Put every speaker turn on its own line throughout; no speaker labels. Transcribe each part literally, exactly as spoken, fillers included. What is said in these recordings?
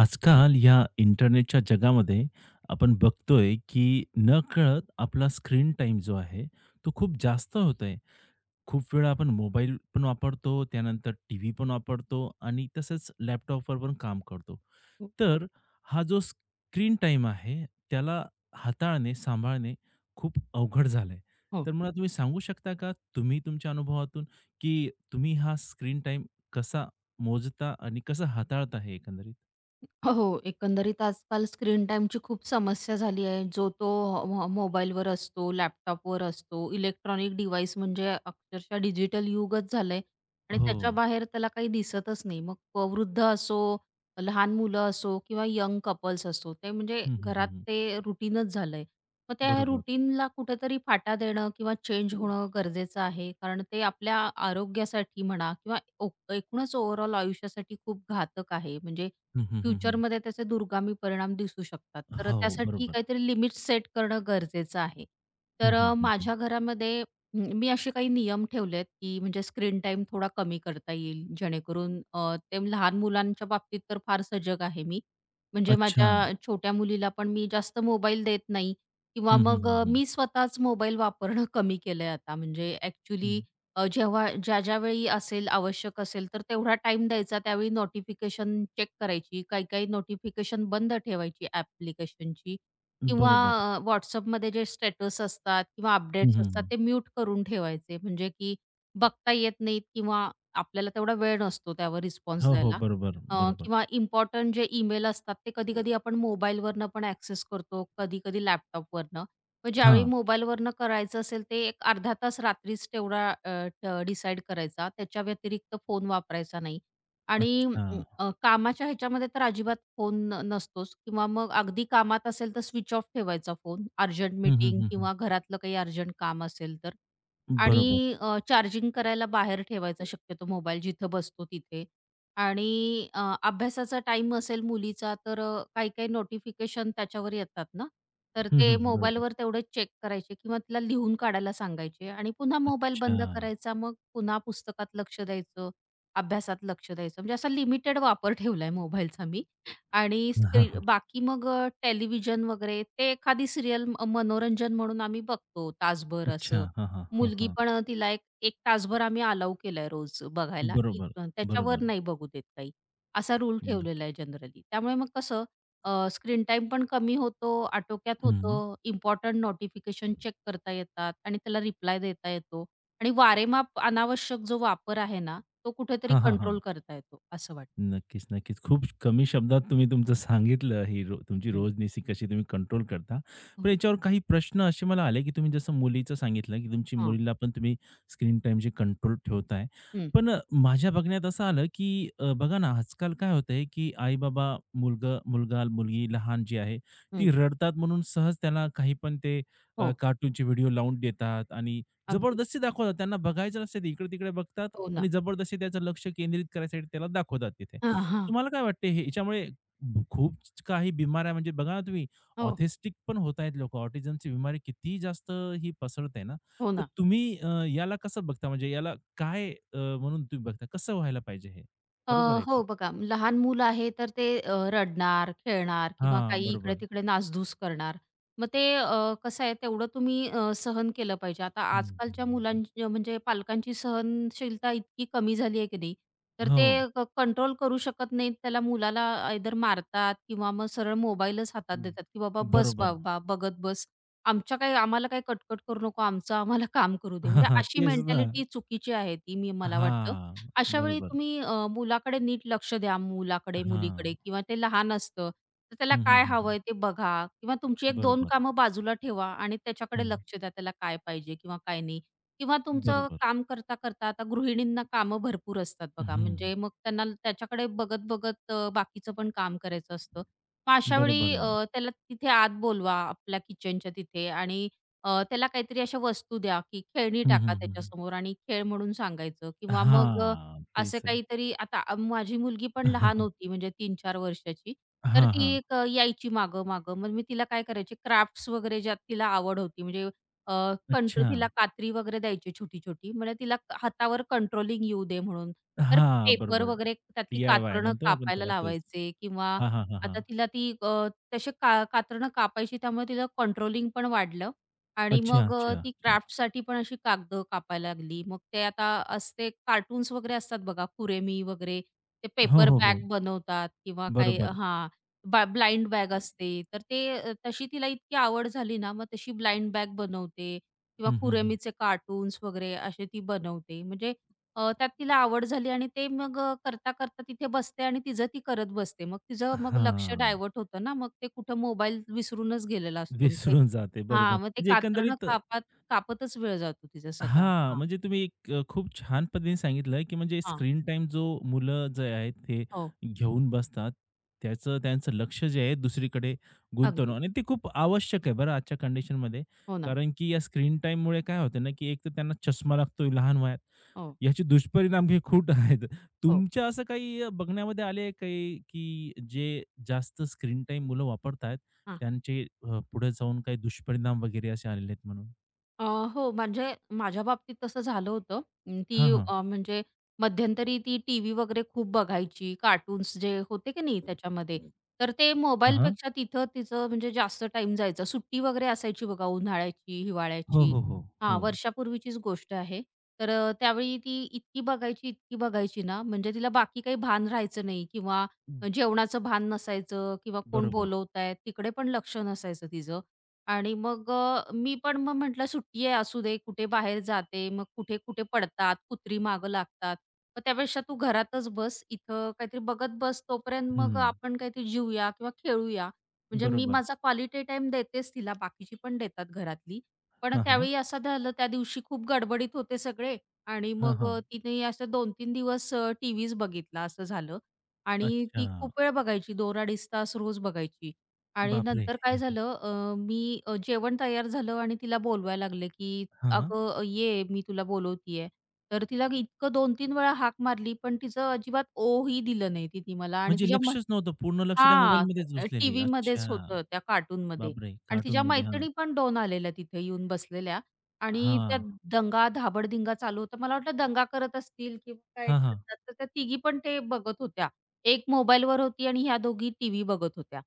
आजकाल या इंटरनेटच्या जगामध्ये आपण बघतोय, की नकळत आपला स्क्रीन टाइम जो आहे, तो खूप जास्त होत आहे. खूप वेळा आपण मोबाईल पण वापरतो, त्यानंतर टीव्ही पण वापरतो आणि तसंच लॅपटॉपवर पण काम करतो.
हो.
तर हा जो स्क्रीन टाईम आहे, त्याला हाताळणे, सांभाळणे खूप अवघड झालं आहे. तर मला तुम्ही सांगू शकता का, तुम्ही तुमच्या अनुभवातून, की तुम्ही हा स्क्रीन टाईम कसा मोजता आणि कसं हाताळता हे एकंदरीत?
हो, हो. एकंदरीत आजकाल स्क्रीन टाईमची खूप समस्या झाली आहे. जो तो मो मोबाईलवर असतो, लॅपटॉपवर असतो, इलेक्ट्रॉनिक डिव्हाइस म्हणजे अक्षरशः डिजिटल युगच झालंय आणि
हो.
त्याच्या बाहेर त्याला काही दिसतच नाही. मग प- वृद्ध असो, लहान मुलं असो किंवा यंग कपल्स असो, ते म्हणजे
हं, हं, हं,
घरात
हं.
ते रुटीनच झालंय. मग त्या
बरोबर.
रुटीनला कुठेतरी फाटा देणं किंवा चेंज
हं.
होणं गरजेचं आहे. कारण ते आपल्या आरोग्यासाठी म्हणा किंवा ओ एकूणच ओव्हरऑल आयुष्यासाठी खूप घातक आहे. म्हणजे
हं, हं, हं,
फ्युचरमध्ये त्याचे दुर्गामी परिणाम दिसू शकतात. तर
हो,
त्यासाठी
बरोबर.
काहीतरी लिमिट्स सेट करणं गरजेचं आहे.
हं,
तर
हं,
अ,
हं, हं.
माझ्या घरामध्ये म, मी असे काही नियम ठेवले आहेत, की म्हणजे स्क्रीन टाईम थोडा कमी करता येईल. जेणेकरून अ, ते लहान मुलांच्या बाबतीत तर फार सजग आहे मी. म्हणजे
अच्छा.
माझ्या छोट्या मुलीला पण मी जास्त मोबाईल देत नाही किंवा
हं, हं,
मग
हं,
अ,
हं.
मी स्वतःच मोबाईल वापरणं कमी केलंय आता. म्हणजे
हं.
ॲक्चुअली अ, जेव्हा ज्या-ज्यावेळी असेल, आवश्यक असेल, तर तेवढा टाईम द्यायचा. त्यावेळी नोटिफिकेशन चेक करायची. काही-काही नोटिफिकेशन बंद ठेवायची ॲप्लिकेशनची किंवा
बरोबर.
अ, WhatsAppमध्ये जे स्टेटस असतात किंवा
हं,
अपडेट्स
हं,
असतात,
हं.
ते म्यूट करून ठेवायचे. म्हणजे की बघता येत नाहीत किंवा आपल्याला तेवढा वेळ नसतो त्यावर रिस्पॉन्स
हो, हो.
द्यायला.
बरोबर,
अ,
बरोबर.
किंवा इम्पोर्टंट जे ईमेल असतात, ते कधी-कधी आपण मोबाईलवरनं पण ॲक्सेस करतो, कधी-कधी लॅपटॉपवरनं. मग ज्यावेळी
हां.
मोबाईलवरनं करायचं असेल ते एक अर्धा तास रात्रीच तेवढा अ, ड डिसाईड करायचा. त्याच्या व्यतिरिक्त फोन वापरायचा नाही आणि
अच्छा.
अ, कामाच्या ह्याच्यामध्ये तर अजिबात फोन न नसतोच किंवा मग अगदी कामात असेल तर स्विच ऑफ ठेवायचा फोन. अर्जंट
हं, हं,
मीटिंग
हं, हं.
किंवा घरातलं काही अर्जंट काम असेल तर.
बरोबर.
आणि अ, चार्जिंग करायला बाहेर ठेवायचा शक्यतो मोबाईल जिथं बसतो तिथे. आणि अ, अभ्यासाचा टाइम असेल मुलीचा तर अ, काही-काही नोटिफिकेशन त्याच्यावर येतात ना, तर
हं,
ते
हं. बरोबर.
मोबाईलवर तेवढे चेक करायचे किंवा तिला लिहून काढायला सांगायचे आणि पुन्हा मोबाईल
अच्छा.
बंद करायचा. मग पुन्हा पुस्तकात लक्ष द्यायचं, अभ्यासात लक्ष द्यायचं. म्हणजे असा लिमिटेड वापर ठेवलाय मोबाईलचा मी आणि
हां,
स्क्रीन
हां.
बाकी मग टेलिव्हिजन वगैरे ते एखादी सीरियल अ, मनोरंजन म्हणून आम्ही बघतो तासभर
अच्छा.
असं.
हां, हां. हां,
मुलगी
हां.
पण अ, तिला एक 1 तासभर आम्ही अलाऊ केलाय रोज बघायला.
बरोबर,
इथं त्याच्यावर
बरोबर.
नाही बघू देत काही. असा रूल
नक्की.
ठेवलेला आहे जनरली. त्यामुळे मग कसं अ, स्क्रीन टाईम पण कमी होतो, आटोक्यात होतो,
हं.
इम्पोर्टंट नोटिफिकेशन चेक करता येतात आणि त्याला रिप्लाय देता येतो आणि वारेमाप अनावश्यक जो वापर आहे ना, तो कुठेतरी
हां, हां,
कंट्रोल
हां.
करता येतो असं वाटतं.
नक्कीच, नक्कीच. खूप कमी शब्दात तुम्ही तुमचं सांगितलं ही रो तुमची
हं.
रोजनिशी कशी तुम्ही कंट्रोल करता.
हो.
पण याच्यावर काही प्रश्न असे मला आले, की तुम्ही जसं मुलीचं सांगितलं, की तुमची
हां.
मुलीला पण तुम्ही स्क्रीन टाईमची कंट्रोल ठेवताय.
हं,
पण अ, माझ्या बघण्यात असं आलं, की अ, बघा ना आजकाल काय होतंय, की आई-बाबा मुलगा मुलगा, मुलगी लहान जी आहे,
हं.
ती रडतात म्हणून सहज त्याला काही पण ते
हो.
कार्टूनचे व्हिडिओ लावून देतात आणि
अगदी.
जबरदस्ती दाखवतात. त्यांना बघायचं नसते, ते इकडे-तिकडे बघतात
हो
आणि
ना.
जबरदस्ती त्याचं लक्ष केंद्रित करायसाठी त्याला दाखवतात तिथे.
हां, हां.
तुम्हाला काय वाटते हे याच्यामुळे भ- खूप काही बिमाऱ्या म्हणजे बघा ना तुम्ही
हो.
ऑथिस्टिक पण होत आहेत लोकं. ऑटिझमची बिमारी किती जास्त ही पसरते ना,
हो
तर
ना.
तुम्ही अ, याला कसं बघता? म्हणजे याला काय अ, म्हणून तुम्ही बघता? कसं व्हायला पाहिजे हे?
अ,
बरोबर आहे का?
हो बघा, लहान मूल आहे तर ते अ, रडणार, खेळणार किंवा
हां,
काही
बरोबर.
इकडे-तिकडे नासधूस करणार. मग ते अ, कसं आहे तेवढं तुम्ही अ, सहन केलं पाहिजे. आता
हं, हं,
आजकालच्या
हं.
मुलांची म्हणजे पालकांची सहनशीलता इतकी कमी झाली आहे की नाही, तर
हो.
ते कंट्रोल करू शकत नाहीत. त्याला मुलाला आयदर मारतात किंवा मग सरळ मोबाईलच हातात
हम्म.
देतात, की "बाबा बस
बरोबर.
बाबा, बघत बस. आमच्या काही आम्हाला काही कटकट करू नको. आमचं आम्हाला काम करू दे."
हा,
म्हणजे
हा,
अशी
तेच ना.
मेंटॅलिटी चुकीची आहे ती मी मला वाटतं.
हां,
अशा वेळी
बरोबर.
तुम्ही अ, मुलाकडे नीट लक्ष द्या, मुलाकडे, मुलीकडे
हां.
किंवा ते लहान असतं, तर त्याला
हं, हं,
काय
हं, हं.
हवंय ते बघा किंवा तुमची एक दोन
बरोबर.
कामं बाजूला ठेवा आणि त्याच्याकडे
हं.
लक्ष द्या, त्याला काय पाहिजे किंवा काय नाही. किंवा तुमचं
बरोबर.
काम करता, करता आता गृहिणींना कामं भरपूर असतात बघा,
हं.
म्हणजे मग त्यांना त्याच्याकडे बघत-बघत अ, बाकीचं पण काम करायचं असतं. मग अशा
बरोबर
वेळी
आहे
अ,
ना.
त्याला तिथे आत बोलवा आपल्या किचनच्या तिथे आणि अ, त्याला काहीतरी अशा वस्तू द्या, की खेळणी
हं,
टाका
हं, हं, हं.
त्याच्यासमोर आणि खेळ म्हणून सांगायचं किंवा मग
हां,
असं
तेच आहे.
काहीतरी आता अ, माझी मुलगी पण लहान होती म्हणजे तीन चार वर्षाची. तर
हां,
ती
हां.
एक अ, यायची मागं-मागं. मग मी तिला काय करायची क्राफ्ट्स वगैरे ज्यात तिला आवड होती म्हणजे अ, कंट्रो
अच्छा.
तिला कात्री वगैरे द्यायची छोटी-छोटी. म्हणजे तिला क- हातावर कंट्रोलिंग येऊ दे म्हणून. तर
हां,
पेपर
बरोबर.
वगैरे त्यातली
डी-आय-वाय
कातरणं
म्हणतो आपण
कापायला
त्याला तेच.
लावायचे किंवा
हां, हां, हां,
आता
हां.
तिला ती अ, तसे का कातरणं कापायची त्यामुळे तिला कंट्रोलिंग पण वाढलं आणि
अच्छा,
मग अ,
अच्छा,
ती
अच्छा.
क्राफ्टसाठी पण अशी कागदं कापायला लागली. मग ते आता असते कार्टून्स वगैरे असतात बघा, कुरेमी वगैरे ते
हो,
पेपर
हो, हो.
बॅग बनवतात किंवा काही
बरोबर.
हां, ब्लाइंड बॅग असते. तर ते अ, तशी तिला इतकी आवड झाली ना, मग तशी ब्लाइंड बॅग बनवते किंवा
हं, हं, हं.
कुरेमीचे कार्टून्स वगैरे असे ती बनवते. म्हणजे अ, त्यात तिला आवड झाली आणि ते मग अ, करता-करता तिथे बसते आणि तिचं ती करत बसते. मग तिचं मग लक्ष
हां.
डायव्हर्ट होतं ना, मग ते कुठं मोबाईल विसरूनच गेलेला असतो. मग ते
विसरून जाते. बरोबर.
हां, मग ते
म्हणजे
कातरणं
एकंदरीत
कापात कापतच वेळ जातो तिचा सगळा.
हां,
हां,
म्हणजे तुम्ही एक अ, खूप छान पद्धतीने सांगितलं, की म्हणजे
हां.
स्क्रीन टाइम जो मुलं जे आहेत ते
हो,
घेऊन बसतात, त्याचं त्यांचं लक्ष जे आहे दुसरीकडे गुंतवणं
अगदी.
आणि ते खूप आवश्यक आहे बरं आजच्या कंडिशनमध्ये.
हो ना.
कारण की या स्क्रीन टाईममुळे काय होतं ना, की एक तर त्यांना चष्मा लागतोय लहान वयात.
हो,
याचे दुष्परिणाम हे खूप आहेत.
हो.
तुमच्या असं काही अ, बघण्यामध्ये आले काही, की जे जास्त स्क्रीन टाईम मुलं वापरतायत,
हां.
त्यांचे अ, पुढे जाऊन काही दुष्परिणाम वगैरे असे आलेले आहेत म्हणून?
अ, हो, म्हणजे माझ्या बाबतीत तसं झालं होतं. अं, ती
हां, हां.
अ, म्हणजे मध्यंतरी ती टीव्ही वगैरे खूप बघायची, कार्टून्स जे होते की नाही त्याच्यामध्ये. तर ते
हं,
मोबाईलपेक्षा तिथं तिचं म्हणजे जास्त टाइम जायचा. सुट्टी वगैरे असायची बघा उन्हाळ्याची,
हो,
हिवाळ्याची.
हो, हो, हो.
हां, वर्षापूर्वीचीच गोष्ट आहे. तर अ, त्यावेळी ती इतकी बघायची, इतकी बघायची ना, म्हणजे तिला बाकी काही भान राहायचं नाही किंवा जेवणाचं भान नसायचं किंवा कोण
बरोबर.
बोलवतायत तिकडे पण लक्ष नसायचं तिचं. आणि मग अ, मी पण मग म्हटलं सुट्टी आहे असू दे, कुठे बाहेर जाते, मग कुठे-कुठे पडतात, कुत्री मागं लागतात. मग त्यापेक्षा तू घरातच बस, इथं काहीतरी बघत बस, तोपर्यंत मग
हं,
आपण काहीतरी जिऊया किंवा खेळूया. म्हणजे मी
बरोबर.
माझा क्वालिटी टाइम देतेच तिला, बाकीची पण देतात घरातली. पण
हां, हां.
त्यावेळी असं झालं त्या दिवशी खूप गडबडीत होते सगळे आणि
हां,
मग
हां.
अ, तिने असं दोन तीन दिवस टीव्हीच बघितला असं झालं आणि
अच्छा.
ती खूप वेळ बघायची, दोन अडीच तास रोज बघायची. आणि
बापरे!
नंतर काय झालं अ, मी अ, जेवण तयार झालं आणि तिला बोलवायला लागले, की
हां.
"अगं अ, ये, मी तुला बोलवतीये." तर तिला इतकं दोन तीन वेळा हाक मारली, पण तिचं अजिबात ओ ही दिलं नाही तिने मला आणि
म्हणजे
तिच्या
लक्षच नव्हतं. पूर्ण लक्ष त्या
हां,
मोबाईलमध्येच
अ,
घुसलेली.
टीव्हीमध्येच
अच्छा.
होतं त्या कार्टूनमध्ये
बापरे!
आणि तिच्या
कार्टूनमध्ये. हां.
मैत्रिणी पण दोन आलेल्या तिथे येऊन बसलेल्या आणि त्या
हां.
दंगा, धाबड-धिंगा चालू होता. मला वाटलं दंगा करत असतील किंवा काय
हां, हां.
करतात. तर त्या तिघी पण ते बघत होत्या. एक मोबाईलवर होती आणि ह्या दोघी टीव्ही बघत होत्या.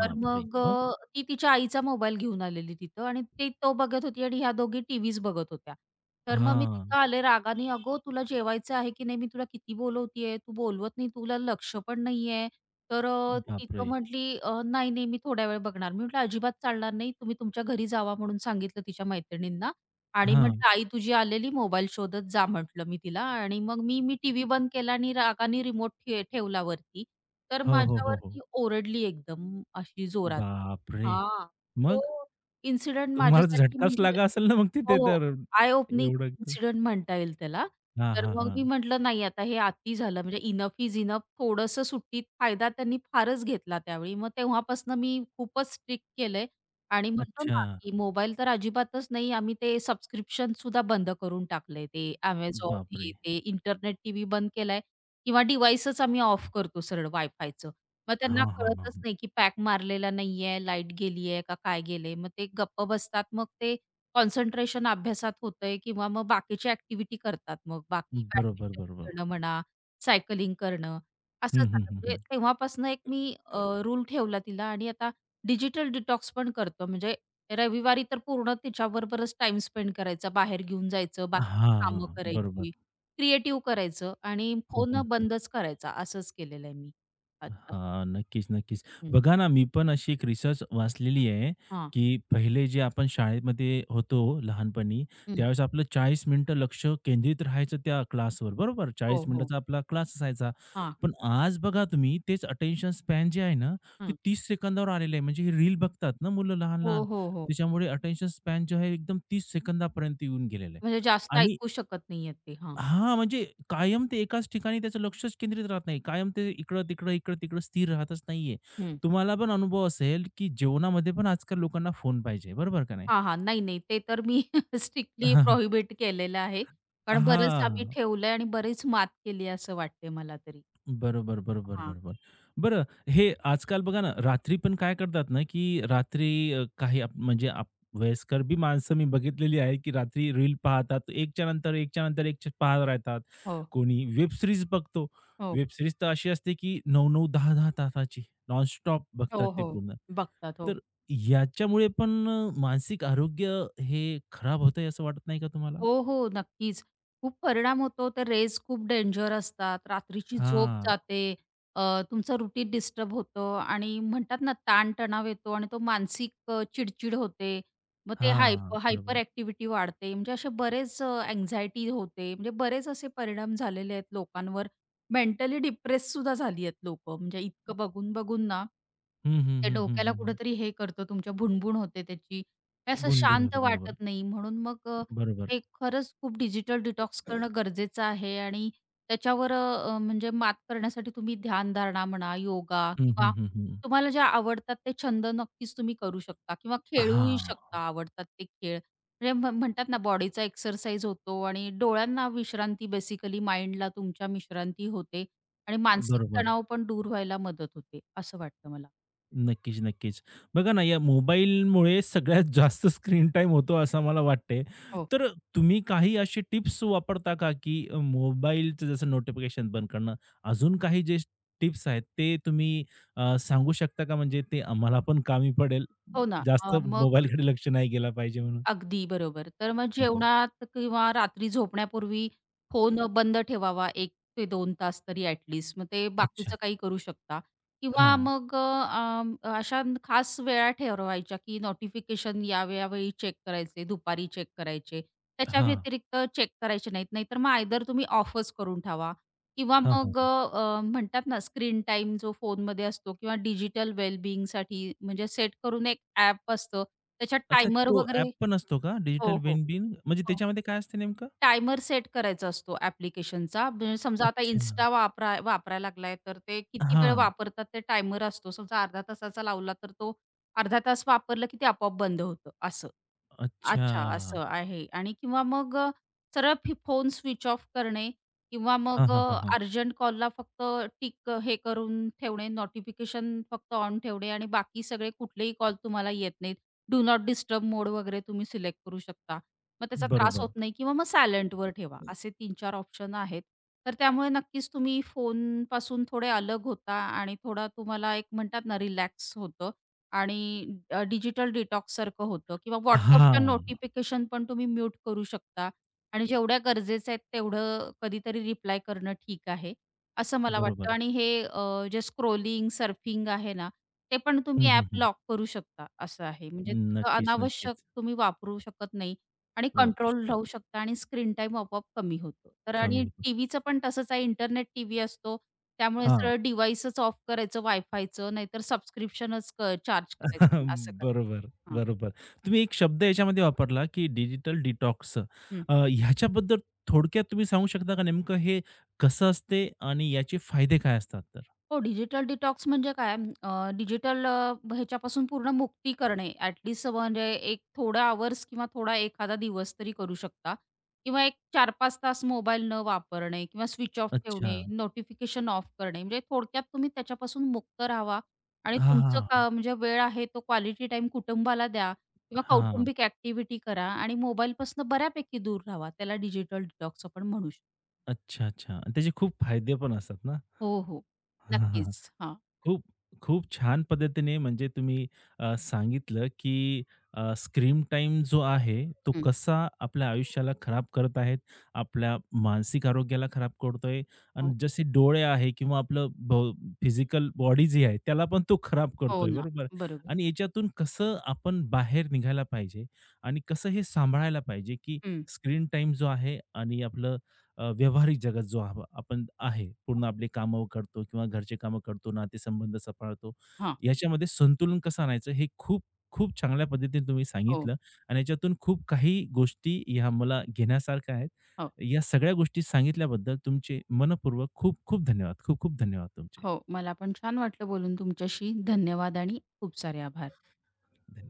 तर मग
मग?
अ, ती तिच्या आईचा मोबाईल घेऊन आलेली तिथं आणि ती तो बघत होती आणि ह्या दोघी टीव्हीच बघत होत्या. तर मग मी
हां.
तिथं आले रागाने, "अगं तुला जेवायचं आहे की नाही? मी तुला किती बोलवतीये? तू बोलवत नाही. तुला लक्ष पण नाहीये. तर अ, तिथं
बापरे!
म्हटली अ, "नाही, नाही, मी थोड्या वेळ बघणार." मी म्हटलं, "अजिबात चालणार नाही. तुम्ही तुमच्या घरी जावा." म्हणून सांगितलं तिच्या मैत्रिणींना आणि
हां.
म्हटलं, "आई तुझी आलेली, मोबाईल शोधत जा," म्हटलं मी तिला आणि मग मी मी टीव्ही बंद केला आणि रागाने रिमोट ठे ठेवला वरती. तर
हो, हो, हो, हो.
माझ्यावरती ओरडली एकदम अशी जोरात.
बापरे!
हां, तो
मग?
इन्सिडेंट
तुम्हाला तर
माझ्यासाठी
झटकाच
म्हणजे
लागला असेल ना मग तिथे
हो,
तर
आय ओपनिंग
एवढं
इन्सिडेंट म्हणता येईल त्याला.
हां,
तर
हां,
मग
हां.
मी म्हटलं नाही आता हे अति झालं म्हणजे इनफ इज इनफ. थोडंसं सुट्टीत फायदा त्यांनी फारच घेतला त्यावेळी. मग तेव्हापासून मी खूपच स्ट्रिक्ट केलंय आणि म्हणतो
अच्छा.
ना, की मोबाईल तर अजिबातच नाही. आम्ही ते सबस्क्रिप्शन सुद्धा बंद करून टाकलंय. ते Amazon
बापरे!
हे ते इंटरनेट टीव्ही बंद केलाय किंवा डिव्हाइसच आम्ही ऑफ करतो सरळ वायफायचं. मग त्यांना
हां, हां,
कळतच
हां.
नाही, की पॅक मारलेला नाहीये, लाईट गेलीये का काय गेलंय. मग ते गप्प बसतात. मग ते कॉन्सन्ट्रेशन अभ्यासात होतंय किंवा मग बाकीच्या ॲक्टिव्हिटी करतात मग बाकी
बरोबर,
बॅडमिंटन
बरोबर.
खेळणं म्हणा, सायकलिंग करणं असं
हं, हं,
झालं.
हं,
म्हणजे
हं.
तेव्हापासून एक मी रूल ठेवला तिला आणि आता डिजिटल डिटॉक्स पण करतो. म्हणजे रविवारी तर पूर्ण तिच्याबरोबरच टाइम स्पेंड करायचा. बाहेर घेऊन जायचं, बाकीची
हां,
कामं
बरोबर.
करायची, क्रिएटिव्ह करायचं आणि
हं,
फोन
हं, हं.
बंदच करायचा. असंच केलेलं आहे मी. आता
हां, नक्कीच, नक्कीच.
हं.
बघा ना, मी पण अशी एक रिसर्च वाचलेली आहे,
हां.
की पहिले जे आपण शाळेमध्ये होतो लहानपणी,
हं.
त्यावेळेस आपलं चाळीस मिनिटं लक्ष केंद्रित राहायचं त्या क्लासवर, बरोबर? चाळीस
हो, हो.
मिनिटाचा आपला क्लास असायचा.
हां.
पण आज बघा तुम्ही, तेच अटेन्शन स्पॅन जे आहे ना, ते
हं.
तीस सेकंदावर आलेलं आहे. म्हणजे हे रील बघतात ना मुलं
हो,
लहान-लहान,
हो, हो.
त्याच्यामुळे अटेन्शन स्पॅन जे आहे, एकदम तीस सेकंदापर्यंत येऊन गेलेलं आहे.
म्हणजे जास्त
आणि
ऐकू शकत नाहीयेत ते. हां.
हां, म्हणजे कायम ते एकाच ठिकाणी त्याचं लक्षच केंद्रित राहत नाही. कायम ते इकडं-तिकडं, इकडं-तिकडं स्थिर राहतच नाहीये.
हं.
तुम्हाला पण अनुभव असेल, की जेवणामध्ये पण आजकाल लोकांना फोन पाहिजे, बरोबर का नाही?
हां, हां. नाही, नाही. ते तर मी स्ट्रिक्टली प्रोहिबिट केलेलं आहे. कारण बरंच आम्ही
हां.
ठेवलंय आणि बरीच मात केली असं वाटते मला तरी.
बरोबर, बरोबर,
हां.
बरोबर. बरं हे आजकाल बघा ना, रात्री पण काय करतात ना, की रात्री अ, काही आप म्हणजे आप वयस्कर बी माणसं मी बघितलेली आहे, की रात्री रील पाहतात. एकच्या नंतर एकच्या नंतर एक पाहत राहतात.
हो,
कोणी वेब सीरीज बघतो.
हो.
वेब सीरीज तर अशी असते, की नऊ नऊ, दहा दहा तासाची नॉनस्टॉप बघतात
हो,
ते
हो.
पूर्ण.
बघतात. हो.
तर याच्यामुळे पण अ, मानसिक आरोग्य हे खराब होतंय असं वाटत नाही का तुम्हाला?
हो, हो. नक्कीच. खूप परिणाम होतो. तर रेज खूप डेंजर असतात. रात्रीची झोप
हां,
जाते. अ, तुमचं रुटीन डिस्टर्ब होतं आणि म्हणतात ना ताणतणाव येतो आणि तो मानसिक अ, चिडचिड होते. मग ते
हां.
हायप हायपर
बरोबर.
ॲक्टिव्हिटी वाढते. म्हणजे असे बरेच अ, होते. म्हणजे बरेच असे परिणाम झालेले आहेत लोकांवर. मेंटली डिप्रेस सुद्धा झाली आहेत लोकं. म्हणजे इतकं बघून-बघून ना
हं, हं,
ते
हं, हं,
डोक्याला
हं, हं.
कुठेतरी हे करतो, तुमच्या भुणभुण होते त्याची. हे असं
भुणभुण
शांत
बरोबर.
वाटत नाही म्हणून मग अ,
बरोबर.
हे खरंच खूप डिजिटल डिटॉक्स करणं गरजेचं आहे आणि त्याच्यावर अ, म्हणजे मात करण्यासाठी तुम्ही ध्यानधारणा म्हणा, योगा
हं,
किंवा
हं, हं, हं.
तुम्हाला ज्या आवडतात ते छंद नक्कीच तुम्ही करू शकता किंवा खेळूही
हां,
शकता आवडतात ते खेळ. म्हणजे म्ह म्हणतात ना बॉडीचा एक्सरसाइज होतो आणि डोळ्यांना विश्रांती बेसिकली माइंडला तुमच्या विश्रांती होते आणि मानसिक
बरोबर.
तणाव पण दूर व्हायला मदत होते, असं वाटतं मला.
नक्कीच, नक्कीच. बघा ना, या मोबाईलमुळे सगळ्यात जास्त स्क्रीन टाईम होतो असं मला वाटते.
हो.
तर तुम्ही काही असे टिप्स वापरता का, की अ, मोबाईलचं जसं नोटिफिकेशन बंद करणं, अजून काही जे टिप्स आहेत ते तुम्ही अ, सांगू शकता का? म्हणजे ते आम्हाला पण कामी पडेल.
हो ना.
जास्त
अ, मग
मोबाईलकडे लक्ष नाही गेला पाहिजे म्हणून.
अगदी बरोबर. तर मग
हं,
जेवणात किंवा रात्री झोपण्यापूर्वी फोन बंद ठेवावा एक ते दोन तास तरी ॲट लीस्ट. मग ते
अच्छा.
बाकीचं काही करू शकता किंवा
हां,
मग अ, अशा खास वेळा ठरवायच्या की नोटिफिकेशन या यावेळी चेक करायचे, दुपारी चेक करायचे. त्याच्या
हां,
व्यतिरिक्त चेक करायचे नाहीत. नाहीतर मग आयदर तुम्ही ऑफच करून ठेवा किंवा
हां,
मग
हां.
अ, म्हणतात ना स्क्रीन टाईम जो फोनमध्ये असतो किंवा डिजिटल वेल म्हणजे सेट करून एक ॲप असतं. त्याच्यात
अच्छा
टायमर
तो
वगैरे
ॲप पण असतो का डिजिटल
हो, हो.
वेल बिंग म्हणजे
हो.
त्याच्यामध्ये काय असते नेमकं?
टायमर सेट करायचा असतो ॲप्लिकेशनचा. म्हणजे समजा आता
अच्छा.
Insta वापरा वापरायला लागलाय, तर ते किती वेळ
हां.
वापरतात ते टायमर असतो. समजा अर्धा तासाचा लावला, तर तो अर्धा तास वापरला की ते आपोआप बंद होतं असं.
अच्छा.
अच्छा, असं आहे आणि किंवा मग अ, सरळ फी फोन स्विच ऑफ करणे किंवा
हां,
मग
हां, हां,
अ,
हां.
अर्जंट कॉलला फक्त टिक हे करून ठेवणे, नोटिफिकेशन फक्त ऑन ठेवणे आणि बाकी सगळे कुठलेही कॉल तुम्हाला येत नाहीत. डू नॉट डिस्टर्ब मोड वगैरे तुम्ही सिलेक्ट करू शकता. मग त्याचा त्रास होत
बरोबर.
नाही किंवा मग सायलेंटवर ठेवा. असे तीन चार ऑप्शन आहेत. तर त्यामुळे नक्कीच तुम्ही फोनपासून थोडे अलग होता आणि थोडा तुम्हाला एक म्हणतात ना रिलॅक्स होतं आणि अ, डिजिटल डिटॉक्ससारखं होतं किंवा WhatsAppच्या
हां.
नोटिफिकेशन पण तुम्ही म्यूट करू शकता आणि जेवढ्या गरजेचं आहेत तेवढं कधीतरी रिप्लाय करणं ठीक आहे, असं मला वाटतं
बरोबर.
आणि हे अ, जे स्क्रोलिंग, सर्फिंग आहे ना, ते पण
हं,
तुम्ही
हं,
ॲप
हं.
लॉक करू शकता असं आहे. म्हणजे तिथं
नक्कीच,
अनावश्यक
नक्कीच.
तुम्ही वापरू शकत नाही आणि
वापरू
कंट्रोल
शकत
राहू
नाही.
शकता आणि स्क्रीन टाईम आपोआप कमी होतो. तर
कमी
आणि
होतो.
टीव्हीचं पण तसंच आहे इंटरनेट टीव्ही असतो त्यामुळे
हां.
सरळ डिव्हाइसच ऑफ करायचं Wi-Fiचं नाहीतर सबस्क्रिप्शनच क चार्ज करायचं असं करायचं.
बरोबर, बरोबर. तुम्ही एक शब्द याच्यामध्ये वापरला, की डिजिटल डिटॉक्स.
हां.
अ, ह्याच्याबद्दल थोडक्यात तुम्ही सांगू शकता का नेमकं हे कसं असते आणि याचे फायदे काय असतात तर?
हो, डिजिटल डिटॉक्स म्हणजे काय? अ, डिजिटल अ, ह्याच्यापासून पूर्ण मुक्ती करणे. ॲट म्हणजे एक थोडा अवर्स किंवा थोडा एखादा दिवस तरी करू शकता किंवा एक चार पाच तास मोबाईल न वापरणे किंवा स्विच ऑफ
अच्छा.
ठेवणे, नोटिफिकेशन ऑफ करणे. म्हणजे थोडक्यात तुम्ही त्याच्यापासून मुक्त राहावा आणि
हां, हां,
तुमचं
हां.
का म्हणजे वेळ आहे तो क्वालिटी टाईम कुटुंबाला द्या किंवा
हां.
कौटुंबिक ॲक्टिव्हिटी करा आणि मोबाईलपासून बऱ्यापैकी दूर राहावा. त्याला डिजिटल डिटॉक्स आपण म्हणू शकतो.
अच्छा, अच्छा. आणि त्याचे खूप फायदे पण असतात ना?
हो, हो.
हां, हां.
नक्कीच. हां.
खूप, खूप छान पद्धतीने म्हणजे तुम्ही अ, सांगितलं, की अ, स्क्रीन टाईम जो आहे, तो
हं.
कसा आपल्या आयुष्याला खराब करत आहेत, आपल्या मानसिक आरोग्याला खराब करतोय आणि
हो.
जसे डोळे आहे किंवा आपलं ब फिजिकल बॉडी जी आहे, त्याला पण तो खराब
हो
करतोय,
ना.
बरोबर?
बरोबर.
आणि याच्यातून कसं आपण बाहेर निघायला पाहिजे आणि कसं हे सांभाळायला पाहिजे, की
हं.
स्क्रीन टाईम जो आहे आणि आपलं अ, व्यावहारिक जगात जो आप- आपण आहे पूर्ण आपले कामं करतो किंवा घरचे कामं करतो नातेसंबंध सांभाळतो
हां.
याच्यामध्ये संतुलन कसं आणायचं हे खूप खूप चांगल्या पद्धतीने तुम्ही
हो,
सांगितलं आणि याच्यातून खूप काही गोष्टी ह्या मला घेण्यासारख्या आहेत
हो,
या सगळ्या गोष्टी सांगितल्याबद्दल तुमचे मनपूर्वक खूप खूप धन्यवाद खूप खूप धन्यवाद तुमचे
हो. मला पण छान वाटलं बोलून तुमच्याशी. धन्यवाद आणि खूप सारे आभार.
धन्यवाद